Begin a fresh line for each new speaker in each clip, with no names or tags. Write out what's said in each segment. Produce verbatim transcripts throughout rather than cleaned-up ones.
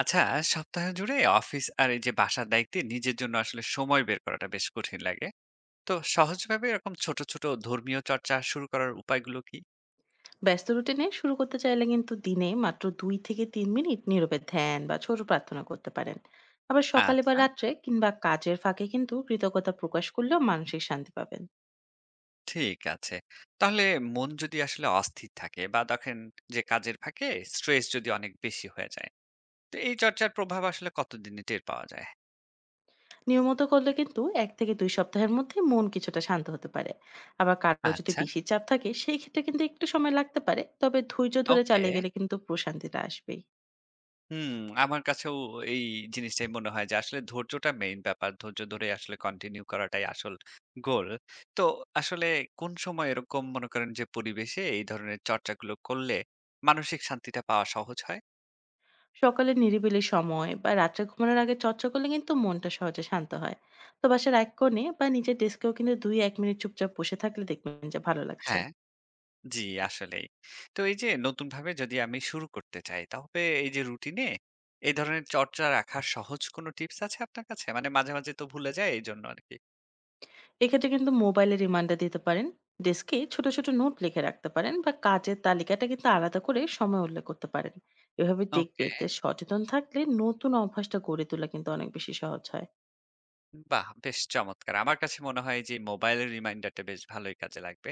আচ্ছা। সপ্তাহ জুড়ে অফিস আর এই যে বাসার দায়িত্বে নিজের জন্য আসলে সময় বের করাটা বেশ কঠিন লাগে। তো সহজভাবে এরকম ছোট ছোট ধর্মীয় চর্চা শুরু করার উপায়গুলো কি?
ব্যস্ত রুটিনে শুরু করতে চাইলে কিন্তু দিনে মাত্র দুই থেকে তিন মিনিট নীরবে ধ্যান বা ছোট প্রার্থনা করতে পারেন। আবার সকালে বা
আচ্ছা,
রাত্রে কিংবা কাজের ফাঁকে কিন্তু কৃতজ্ঞতা প্রকাশ করলেও মানসিক শান্তি পাবেন।
ঠিক আছে। তাহলে মন যদি আসলে অস্থির থাকে বা দেখেন যে কাজের ফাঁকে স্ট্রেস যদি অনেক বেশি হয়ে যায়, তো এই চর্চার প্রভাব আসলে কতদিনে টের পাওয়া যায়?
নিয়মিত করলে কিন্তু এক থেকে দুই সপ্তাহের মধ্যে মন কিছুটা শান্ত হতে পারে। আবার কারো যদি
আচ্ছা,
বেশি চাপ থাকে সেই ক্ষেত্রে কিন্তু একটু সময় লাগতে পারে, তবে ধৈর্য ধরে
ওকে।
চালিয়ে গেলে কিন্তু প্রশান্তিটা আসবেই।
হুম, আমার কাছেও এই জিনিসটাই মনে হয় যে আসলে ধৈর্যটা মেইন ব্যাপার। ধৈর্য ধরে আসলে কন্টিনিউ করাটাই আসল গোল। তো আসলে কোন সময় এরকম মনে করেন যে পরিবেশে এই ধরনের চর্চাগুলো করলে মানসিক শান্তিটা পাওয়া সহজ হয়?
সকালে নিরিবিলি সময় বা রাত্রে ঘুমানোর আগে চর্চা করলে কিন্তু মনটা সহজে শান্ত হয়। তো বাসার এক কোণে বা নিজের ডেস্কেও কিন্তু দুই এক মিনিট চুপচাপ বসে থাকলে দেখবেন যে ভালো লাগছে।
হ্যাঁ। জি, আসলেই। তো এই যে নতুনভাবে যদি আমি শুরু করতে চাই তবে এই যে রুটিনে এই ধরনের চর্চা রাখার সহজ কোনো টিপস আছে আপনার কাছে? মানে মাঝে, মাঝে তো ভুলে যাই এইজন্য আরকি।
এক্ষেত্রে কিন্তু মোবাইলে রিমাইন্ডার দিতে পারেন, ডেস্কে ছোট ছোট নোট লিখে রাখতে পারেন বা কাজের তালিকাটা কিন্তু আলাদা করে সময় উল্লেখ করতে পারেন। এভাবে দেখবে
ওকে।
যে সচেতন থাকলে নতুন অভ্যাসটা গড়ে তোলা কিন্তু অনেক বেশি সহজ হয়।
বাহ! বেশ চমৎকার! আমার কাছে মনে হয় যে মোবাইলের রিমাইন্ডারটা বেশ ভালোই কাজে লাগবে।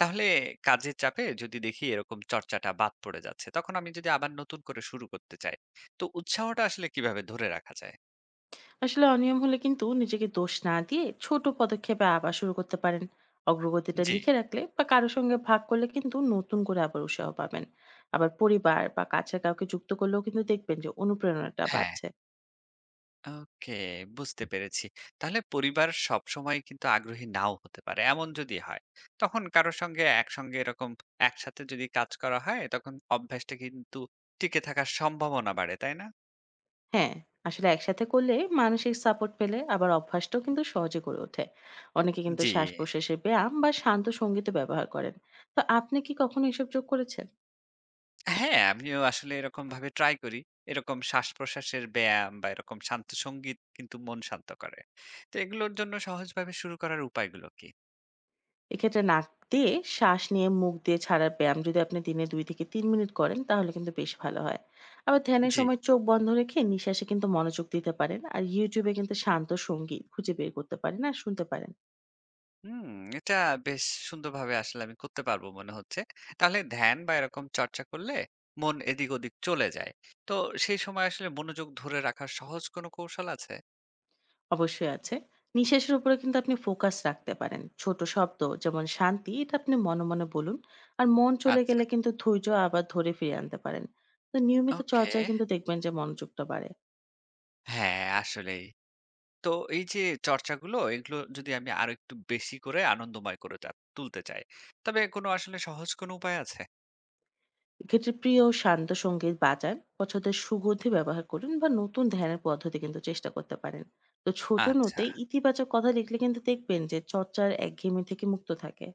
তাহলে কাজের চাপে যদি দেখি এরকম চর্চাটা বাদ পড়ে যাচ্ছে, তখন আমি যদি আবার নতুন করে শুরু করতে চাই, তো উৎসাহটা আসলে কিভাবে ধরে রাখা যায়?
আসলে অনিয়ম হলে কিন্তু নিজেকে দোষ না দিয়ে ছোট পদক্ষেপে আবার শুরু করতে পারেন। অগ্রগতিটা
জি।
লিখে রাখলে বা কারোর সঙ্গে ভাগ করলে কিন্তু নতুন করে আবার উৎসাহ পাবেন। আবার পরিবার বা কাছের কাউকে যুক্ত করলেও কিন্তু দেখবেন যে অনুপ্রেরণাটা
হ্যাঁ,
বাড়ছে।
ওকে, বুঝতে পেরেছি। তাহলে পরিবার সবসময় কিন্তু আগ্রহী নাও হতে পারে। এমন যদি হয়, তখন কারো সঙ্গে একসঙ্গে এরকম একসাথে যদি কাজ করা হয়, তখন অভ্যাসটা কিন্তু টিকে থাকার সম্ভাবনা বাড়ে, তাই না?
হ্যাঁ, আসলে একসাথে করলে মানসিক সাপোর্ট পেলে আবার অভ্যাসটাও কিন্তু সহজে গড়ে ওঠে। অনেকে কিন্তু
জি।
শ্বাস প্রশ্বাসের ব্যায়াম বা শান্ত সঙ্গীত ব্যবহার করেন। তো আপনি কি কখনো এসব যোগ করেছেন?
হ্যাঁ, আমিও আসলে এরকমভাবে ট্রাই করি। এরকম শ্বাসপ্রশ্বাসের ব্যায়াম বা এরকম শান্ত সঙ্গীত কিন্তু মন শান্ত করে। তো এগুলোর জন্য সহজভাবে শুরু করার উপায়গুলো কি?
এক্ষেত্রে নাক দিয়ে শ্বাস নিয়ে মুখ দিয়ে ছাড়ার ব্যায়াম যদি আপনি দিনে দুই থেকে তিন মিনিট করেন তাহলে কিন্তু বেশ ভালো হয়। আবার ধ্যানের
জি।
সময় চোখ বন্ধ রেখে নিঃশ্বাসে কিন্তু মনোযোগ দিতে পারেন। আর YouTube এ কিন্তু শান্ত সঙ্গীত খুঁজে বের করতে পারেন আর শুনতে পারেন।
হুম, এটা বেশ সুন্দরভাবে আসলে আমি করতে পারবো মনে হচ্ছে। তাহলে ধ্যান বা এরকম চর্চা করলে মন এদিক ওদিক চলে যায়। তো সেই সময় আসলে মনোযোগ ধরে রাখার সহজ কোনো কৌশল আছে?
অবশ্যই আছে। নিঃশ্বাসের উপরে কিন্তু আপনি ফোকাস রাখতে পারেন। ছোট শব্দ যেমন শান্তি এটা আপনি মনে মনে বলুন। আর মন চলে
আচ্ছা।
গেলে কিন্তু ধৈর্য আবার ধরে ফিরিয়ে আনতে পারেন। তো নিয়মিত
ওকে।
চর্চায় কিন্তু দেখবেন যে মনোযোগটা বাড়ে।
হ্যাঁ, আসলেই। তো এই যে চর্চাগুলো এগুলো যদি আমি আরো একটু বেশি করে আনন্দময় করে তা- তুলতে চাই, তবে কোনো আসলে সহজ কোনো উপায় আছে?
এক্ষেত্রে প্রিয় শান্ত সঙ্গীত বাজান, পছন্দের সুগন্ধি ব্যবহার করুন বা নতুন ধ্যানের পদ্ধতি কিন্তু চেষ্টা করতে পারেন। তো ছোট
আচ্ছা।
নোটে ইতিবাচক কথা লিখলে কিন্তু দেখবেন যে চর্চার একঘেয়েমি থেকে মুক্ত থাকে।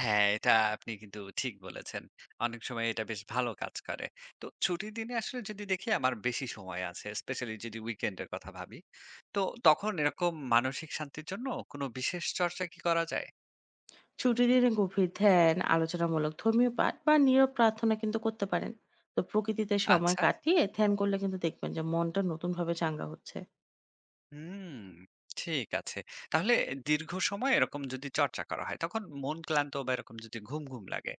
হ্যাঁ, এটা আপনি কিন্তু ঠিক বলেছেন, অনেক সময় এটা বেশ ভালো কাজ করে। তো ছুটির দিনে আসলে যদি দেখি আমার বেশি সময় আছে, স্পেশালি যদি উইকেন্ডের কথা ভাবি, তো তখন এরকম মানসিক শান্তির জন্য কোনো বিশেষ চর্চা কি করা যায়?
ছুটির দিনে গভীর ধ্যান, আলোচনামূলক ধর্মীয় পাঠ বা নীরব প্রার্থনা কিন্তু করতে পারেন। তো প্রকৃতিতে সময়
আচ্ছা।
কাটিয়ে ধ্যান করলে কিন্তু দেখবেন যে মনটা নতুন ভাবে চাঙ্গা হচ্ছে।
হুম, ঠিক আছে। তাহলে দীর্ঘ সময় এরকম যদি চর্চা করা হয়, তখন মন ক্লান্ত বা এরকম যদি ঘুম, ঘুম লাগে,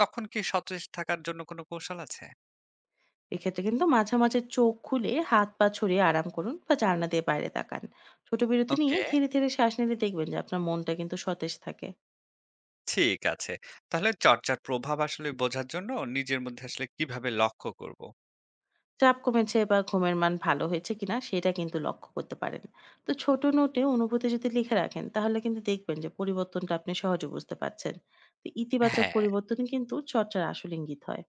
তখন কি সতেজ থাকার জন্য কোনো কৌশল আছে?
এক্ষেত্রে কিন্তু মাঝে মাঝে চোখ খুলে হাত পা ছড়িয়ে আরাম করুন বা জানলা দিয়ে বাইরে তাকান। ছোট বিরতি নিয়ে
ওকে,
ধীরে ধীরে শ্বাস নিলে দেখবেন যে আপনার মনটা কিন্তু সতেজ থাকে।
ঠিক আছে। তাহলে চর্চার প্রভাব আসলে বোঝার জন্য নিজের মধ্যে আসলে কিভাবে লক্ষ্য করব?
চাপ কমেছে বা ঘুমের মান ভালো হয়েছে কিনা সেটা কিন্তু লক্ষ্য করতে পারেন। তো ছোট নোটে অনুভূতি যদি লিখে রাখেন তাহলে কিন্তু দেখবেন যে পরিবর্তনটা আপনি সহজে বুঝতে পারছেন। তো ইতিবাচক
হ্যাঁ,
পরিবর্তন কিন্তু চর্চার আসল ইঙ্গিত হয়।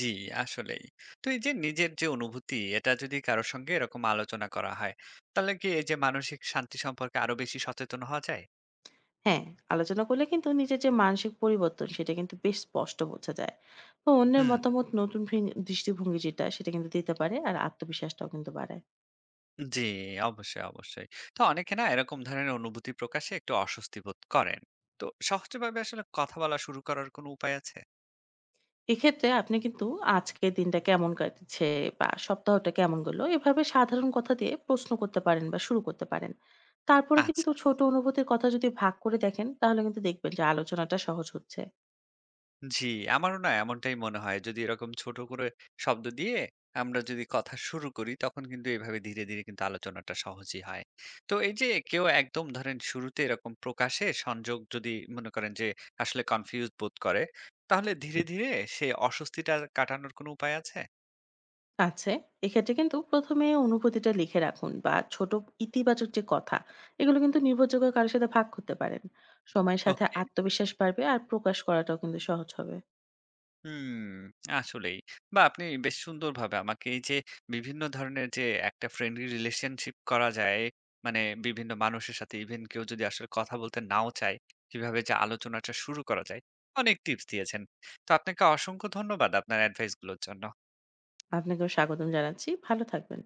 জি, আসলেই। তো এই যে নিজের যে অনুভূতি, এটা যদি কারোর সঙ্গে এরকম আলোচনা করা হয়, তাহলে কি এই যে মানসিক শান্তি সম্পর্কে আরো বেশি সচেতন হওয়া যায়?
হ্যাঁ, আলোচনা করলে কিন্তু নিজের যে মানসিক পরিবর্তন সেটা কিন্তু বেশ স্পষ্ট বোঝা যায়। তো অন্যের
হুম।
মতামত নতুন ভিং- দৃষ্টিভঙ্গি যেটা সেটা কিন্তু দিতে পারে আর আত্মবিশ্বাসটাও কিন্তু বাড়ায়।
জি, অবশ্যই, অবশ্যই। তো অনেকে না এরকম ধরনের অনুভূতি প্রকাশে একটু অস্বস্তি বোধ করেন। তো সহজভাবে আসলে কথা বলা শুরু করার কোনো উপায় আছে?
এক্ষেত্রে আপনি কিন্তু আজকের দিনটা কেমন কাটছে বা সপ্তাহটা কেমন গেল এভাবে সাধারণ কথা দিয়ে প্রশ্ন করতে পারেন বা শুরু করতে পারেন। তারপরে কিন্তু
আচ্ছা,
ছোট অনুভূতির কথা যদি ভাগ করে দেখেন তাহলে কিন্তু দেখবেন যে আলোচনাটা সহজ হচ্ছে।
জি, আমারও না এমনটাই মনে হয়। যদি এরকম ছোট করে শব্দ দিয়ে আমরা যদি কথা শুরু করি, তখন কিন্তু এভাবে ধীরে, ধীরে কিন্তু আলোচনাটা সহজই হয়। তো এই যে কেউ একদম ধরেন শুরুতে এরকম প্রকাশে সংযোগ যদি মনে করেন যে আসলে কনফিউজড বোধ করে, তাহলে ধীরে, ধীরে সে অস্বস্তিটা কাটানোর কোনো উপায় আছে?
আচ্ছা, এক্ষেত্রে কিন্তু প্রথমে অনুভূতিটা লিখে রাখুন বা ছোট ইতিবাচক যে কথা এগুলো কিন্তু নির্ভরযোগ্য কারোর সাথে ভাগ করতে পারেন। সময়ের সাথে
ওকে।
আত্মবিশ্বাস বাড়বে আর প্রকাশ করাটাও কিন্তু সহজ হবে।
হুম, আসলেই। বা আপনি বেশ সুন্দরভাবে আমাকে এই যে বিভিন্ন ধরনের যে একটা ফ্রেন্ডলি রিলেশনশিপ করা যায়, মানে বিভিন্ন মানুষের সাথে ইভেন কেউ যদি আসলে কথা বলতে নাও চায়, কিভাবে যে আলোচনাটা শুরু করা যায়, অনেক টিপস দিয়েছেন। তো আপনাকে অসংখ্য ধন্যবাদ আপনার অ্যাডভাইস গুলোর জন্য।
আপনাকেও স্বাগতম জানাচ্ছি, ভালো থাকবেন।